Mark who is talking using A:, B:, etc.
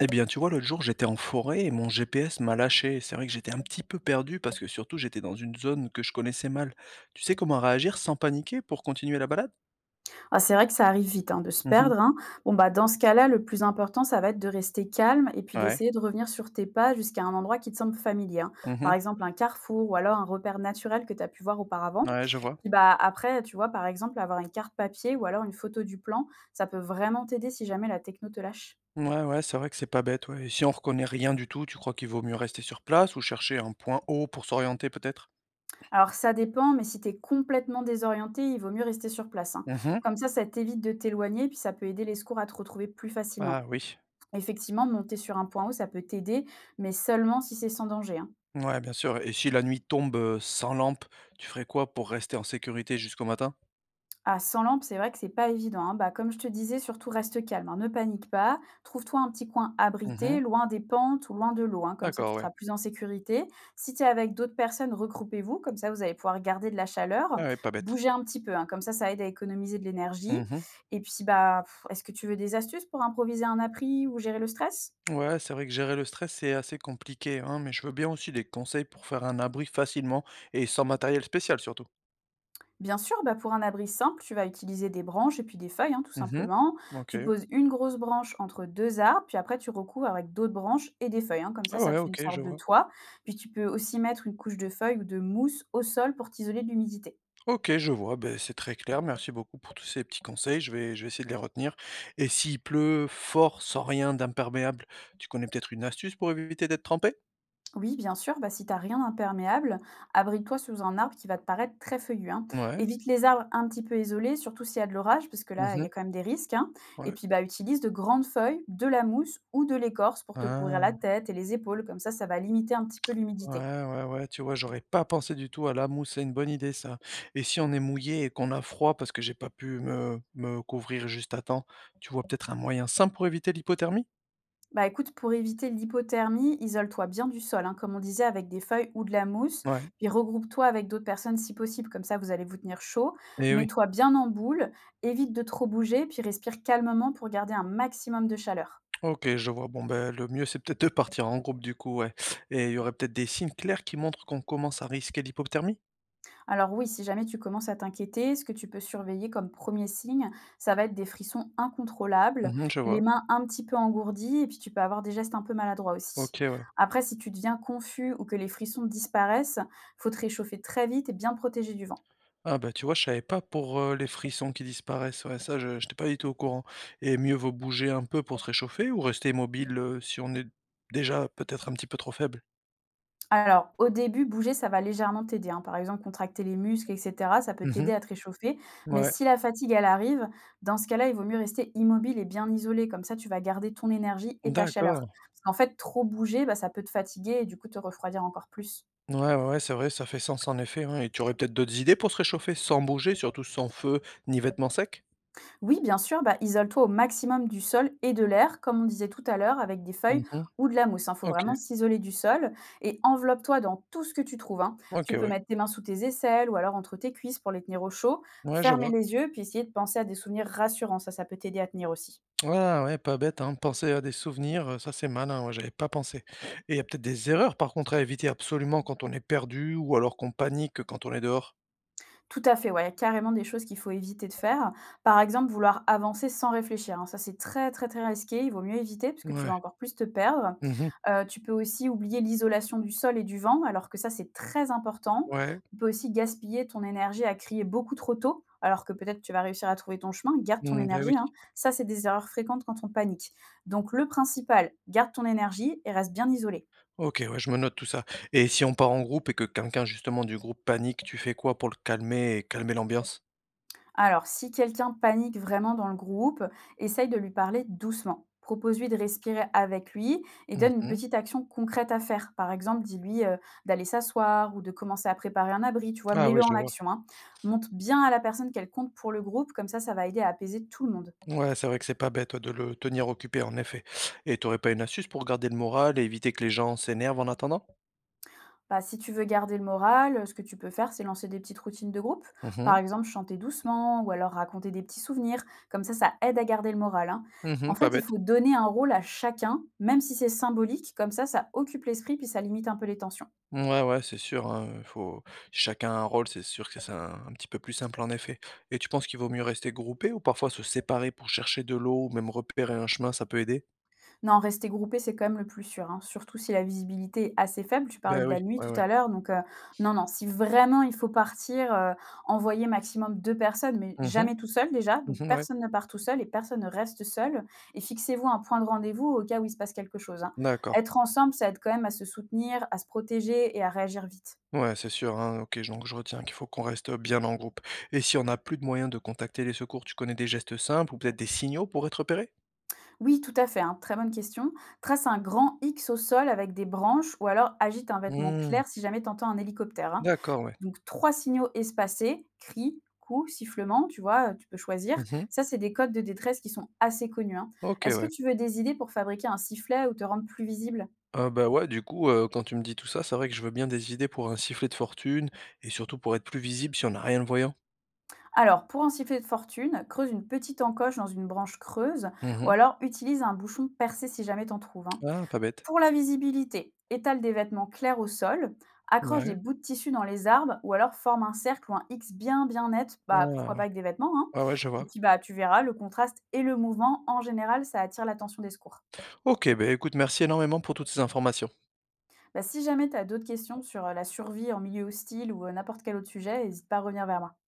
A: Eh bien, tu vois, l'autre jour, j'étais en forêt et mon GPS m'a lâché. C'est vrai que j'étais un petit peu perdu parce que surtout, j'étais dans une zone que je connaissais mal. Tu sais comment réagir sans paniquer pour continuer la balade?
B: Ah, c'est vrai que ça arrive vite, hein, de se
A: Mhm.
B: perdre, hein. Bon, bah, dans ce cas-là, le plus important, ça va être de rester calme et puis
A: Ouais.
B: d'essayer de revenir sur tes pas jusqu'à un endroit qui te semble familier, hein. Par
A: Mhm.
B: exemple, un carrefour ou alors un repère naturel que tu as pu voir auparavant.
A: Ouais, je vois.
B: Puis bah, après, tu vois, par exemple, avoir une carte papier ou alors une photo du plan, ça peut vraiment t'aider si jamais la techno te lâche.
A: Ouais, ouais, c'est vrai que c'est pas bête, ouais. Et si on reconnaît rien du tout, tu crois qu'il vaut mieux rester sur place ou chercher un point haut pour s'orienter peut-être?
B: Alors, ça dépend, mais si tu es complètement désorienté, il vaut mieux rester sur place, hein.
A: Mhm.
B: Comme ça t'évite de t'éloigner et puis ça peut aider les secours à te retrouver plus facilement.
A: Ah oui.
B: Effectivement, monter sur un point haut, ça peut t'aider, mais seulement si c'est sans danger, hein.
A: Ouais, bien sûr. Et si la nuit tombe sans lampe, tu ferais quoi pour rester en sécurité jusqu'au matin?
B: À 100 lampes, c'est vrai que c'est pas évident, hein. Bah, comme je te disais, surtout reste calme, hein. Ne panique pas. Trouve-toi un petit coin
A: Mhm.
B: abrité, loin des pentes ou loin de l'eau, hein. Comme ça, tu
A: D'accord,
B: seras
A: ouais.
B: plus en sécurité. Si tu es avec d'autres personnes, regroupez-vous. Comme ça, vous allez pouvoir garder de la chaleur.
A: Ah ouais, pas bête.
B: Bougez un petit peu, hein. Comme ça aide à économiser de l'énergie.
A: Mhm.
B: Et puis, bah, pff, est-ce que tu veux des astuces pour improviser un appris ou gérer le stress?
A: Ouais, c'est vrai que gérer le stress, c'est assez compliqué, hein, mais je veux bien aussi des conseils pour faire un abri facilement et sans matériel spécial surtout.
B: Bien sûr, bah, pour un abri simple, tu vas utiliser des branches et puis des feuilles, hein, tout
A: Mhm.
B: simplement.
A: Ok.
B: Tu poses une grosse branche entre deux arbres, puis après tu recouvres avec d'autres branches et des feuilles, hein. Comme
A: Ah
B: ça
A: ouais,
B: te fait une
A: ok, je
B: sorte de
A: vois.
B: toit. Puis tu peux aussi mettre une couche de feuilles ou de mousse au sol pour t'isoler de l'humidité.
A: Ok, je vois. Ben, c'est très clair. Merci beaucoup pour tous ces petits conseils. Je vais essayer de les retenir. Et s'il pleut fort, sans rien d'imperméable, tu connais peut-être une astuce pour éviter d'être trempé?
B: Oui, bien sûr, bah, si t'as rien d'imperméable, abrite-toi sous un arbre qui va te paraître très feuillu, hein.
A: Ouais.
B: Évite les arbres un petit peu isolés, surtout s'il y a de l'orage, parce que là, il y
A: Mhm.
B: a quand même des risques, hein. Et
A: Ouais.
B: puis, bah, utilise de grandes feuilles, de la mousse ou de l'écorce pour te couvrir
A: Ah.
B: la tête et les épaules. Comme ça va limiter un petit peu l'humidité.
A: Ouais, ouais, ouais, tu vois, j'aurais pas pensé du tout à la mousse, c'est une bonne idée ça. Et si on est mouillé et qu'on a froid parce que j'ai pas pu me couvrir juste à temps, tu vois peut-être un moyen simple pour éviter l'hypothermie?
B: Bah écoute, pour éviter l'hypothermie, isole-toi bien du sol, hein, comme on disait, avec des feuilles ou de la mousse,
A: Ouais.
B: puis regroupe-toi avec d'autres personnes si possible, comme ça vous allez vous tenir chaud.
A: Et oui.
B: Mets-toi bien en boule, évite de trop bouger, puis respire calmement pour garder un maximum de chaleur.
A: Ok, je vois. Bon, ben, le mieux, c'est peut-être de partir en groupe du coup, ouais. Et il y aurait peut-être des signes clairs qui montrent qu'on commence à risquer l'hypothermie?
B: Alors oui, si jamais tu commences à t'inquiéter, ce que tu peux surveiller comme premier signe, ça va être des frissons incontrôlables,
A: Mhm, je vois.
B: les mains un petit peu engourdies, et puis tu peux avoir des gestes un peu maladroits aussi.
A: Ok, ouais.
B: Après, si tu deviens confus ou que les frissons disparaissent, faut te réchauffer très vite et bien protéger du vent.
A: Ah bah, tu vois, je savais pas pour, les frissons qui disparaissent, ouais, ça je j'étais pas du tout au courant et mieux vaut bouger un peu pour se réchauffer ou rester immobile si on est déjà peut-être un petit peu trop faible?
B: Alors, au début, bouger, ça va légèrement t'aider, hein. Par exemple, contracter les muscles, et cetera, ça peut
A: Mmh.
B: t'aider à te réchauffer. Mais
A: Ouais,
B: si la fatigue, elle arrive, dans ce cas-là, il vaut mieux rester immobile et bien isolé. Comme ça, tu vas garder ton énergie et ta chaleur.
A: d'accord.
B: Parce qu'en fait, trop bouger, bah, ça peut te fatiguer et du coup te refroidir encore plus.
A: Ouais, ouais, ouais, c'est vrai, ça fait sens en effet, ouais, et tu aurais peut-être d'autres idées pour se réchauffer sans bouger, surtout sans feu ni vêtements secs?
B: Oui, bien sûr, bah, isole-toi au maximum du sol et de l'air, comme on disait tout à l'heure, avec des feuilles
A: Mmh.
B: ou de la mousse. Il faut
A: OK.
B: vraiment s'isoler du sol et enveloppe-toi dans tout ce que tu trouves, hein. Tu
A: OK,
B: peux
A: ouais.
B: mettre tes mains sous tes aisselles ou alors entre tes cuisses pour les tenir au chaud,
A: Ouais, je
B: fermer
A: vois.
B: les yeux, puis essayer de penser à des souvenirs rassurants. Ça peut t'aider à tenir aussi.
A: Ah ouais, pas bête, hein. Penser à des souvenirs, ça c'est malin, ouais, j'avais pas pensé. Et il y a peut-être des erreurs par contre à éviter absolument quand on est perdu ou alors qu'on panique quand on est dehors?
B: Tout à fait, ouais, il y a carrément des choses qu'il faut éviter de faire. Par exemple, vouloir avancer sans réfléchir, hein, ça c'est très, très, très risqué, il vaut mieux éviter parce que tu
A: Ouais.
B: vas encore plus te perdre.
A: Mmh.
B: Tu peux aussi oublier l'isolation du sol et du vent, alors que ça c'est très important.
A: Ouais.
B: Tu peux aussi gaspiller ton énergie à crier beaucoup trop tôt, alors que peut-être tu vas réussir à trouver ton chemin. Garde ton
A: Mmh, beh, oui.
B: énergie, hein. Ça, c'est des erreurs fréquentes quand on panique. Donc le principal, garde ton énergie et reste bien isolé.
A: OK, ouais, je me note tout ça. Et si on part en groupe et que quelqu'un justement du groupe panique, tu fais quoi pour le calmer et calmer l'ambiance?
B: Alors, si quelqu'un panique vraiment dans le groupe, essaye de lui parler doucement. Propose-lui de respirer avec lui et donne une
A: Mmh.
B: petite action concrète à faire. Par exemple, dis-lui, d'aller s'asseoir ou de commencer à préparer un abri, tu vois,
A: Ah oui,
B: mets-le en
A: je vois.
B: action, hein. Montre bien à la personne qu'elle compte pour le groupe, comme ça va aider à apaiser tout le monde.
A: Ouais, c'est vrai que c'est pas bête, ouais, de le tenir occupé en effet. Et t'aurais pas une astuce pour garder le moral et éviter que les gens s'énervent en attendant?
B: Bah, si tu veux garder le moral, ce que tu peux faire, c'est lancer des petites routines de groupe.
A: Mmh
B: Par
A: mh.
B: exemple, chanter doucement ou alors raconter des petits souvenirs. Comme ça aide à garder le moral, hein. En
A: Mmh, pas
B: fait, il
A: bête.
B: faut donner un rôle à chacun, même si c'est symbolique. Comme ça occupe l'esprit puis ça limite un peu les tensions.
A: Ouais, ouais, c'est sûr, hein, faut chacun a un rôle, c'est sûr que c'est un petit peu plus simple en effet. Et tu penses qu'il vaut mieux rester groupé ou parfois se séparer pour chercher de l'eau ou même repérer un chemin, ça peut aider?
B: Non, rester groupé, c'est quand même le plus sûr, hein, surtout si la visibilité est assez faible. Tu parlais
A: Ben
B: de
A: oui,
B: la nuit
A: ouais,
B: tout
A: ouais.
B: à l'heure, non, non, si vraiment il faut partir, envoyer maximum 2 personnes, mais
A: Mmh mh.
B: jamais tout seul déjà. Donc
A: Mmh, ouais.
B: personne ne part tout seul et personne ne reste seul et fixez-vous un point de rendez-vous au cas où il se passe quelque chose, hein.
A: D'accord.
B: Être ensemble, ça aide quand même à se soutenir, à se protéger et à réagir vite.
A: Ouais, c'est sûr, hein, OK, donc je retiens qu'il faut qu'on reste bien en groupe. Et si on n'a plus de moyens de contacter les secours, tu connais des gestes simples ou peut-être des signaux pour être repéré?
B: Oui, tout à fait, hein, très bonne question. Trace un grand X au sol avec des branches ou alors agite un vêtement
A: Mmh.
B: clair si jamais t'entends un hélicoptère, hein.
A: D'accord, ouais.
B: Donc 3 signaux espacés, cris, coups, sifflements, tu vois? Tu peux choisir.
A: Mmh.
B: Ça, c'est des codes de détresse qui sont assez connus, hein.
A: OK,
B: Est-ce que
A: ouais.
B: tu veux des idées pour fabriquer un sifflet ou te rendre plus visible?
A: Ah bah, ouais, du coup, quand tu me dis tout ça, c'est vrai que je veux bien des idées pour un sifflet de fortune et surtout pour être plus visible si on n'a rien de voyant.
B: Alors, pour un sifflet de fortune, creuse une petite encoche dans une branche creuse ou
A: Mmh.
B: alors utilise un bouchon percé si jamais t'en trouves, hein.
A: Ah, pas bête.
B: Pour la visibilité, étale des vêtements clairs au sol, accroche des
A: Ouais.
B: bouts de tissu dans les arbres ou alors forme un cercle ou un X bien bien net,
A: Ah
B: bah,
A: ouais.
B: pourquoi pas avec des vêtements, hein.
A: Ouais, ouais, je
B: Et
A: vois.
B: puis bah, tu verras, le contraste et le mouvement, en général, ça attire l'attention des secours.
A: OK, beh, écoute, merci énormément pour toutes ces informations.
B: Bah, si jamais tu as d'autres questions sur la survie en milieu hostile ou n'importe quel autre sujet, n'hésite pas à revenir vers moi.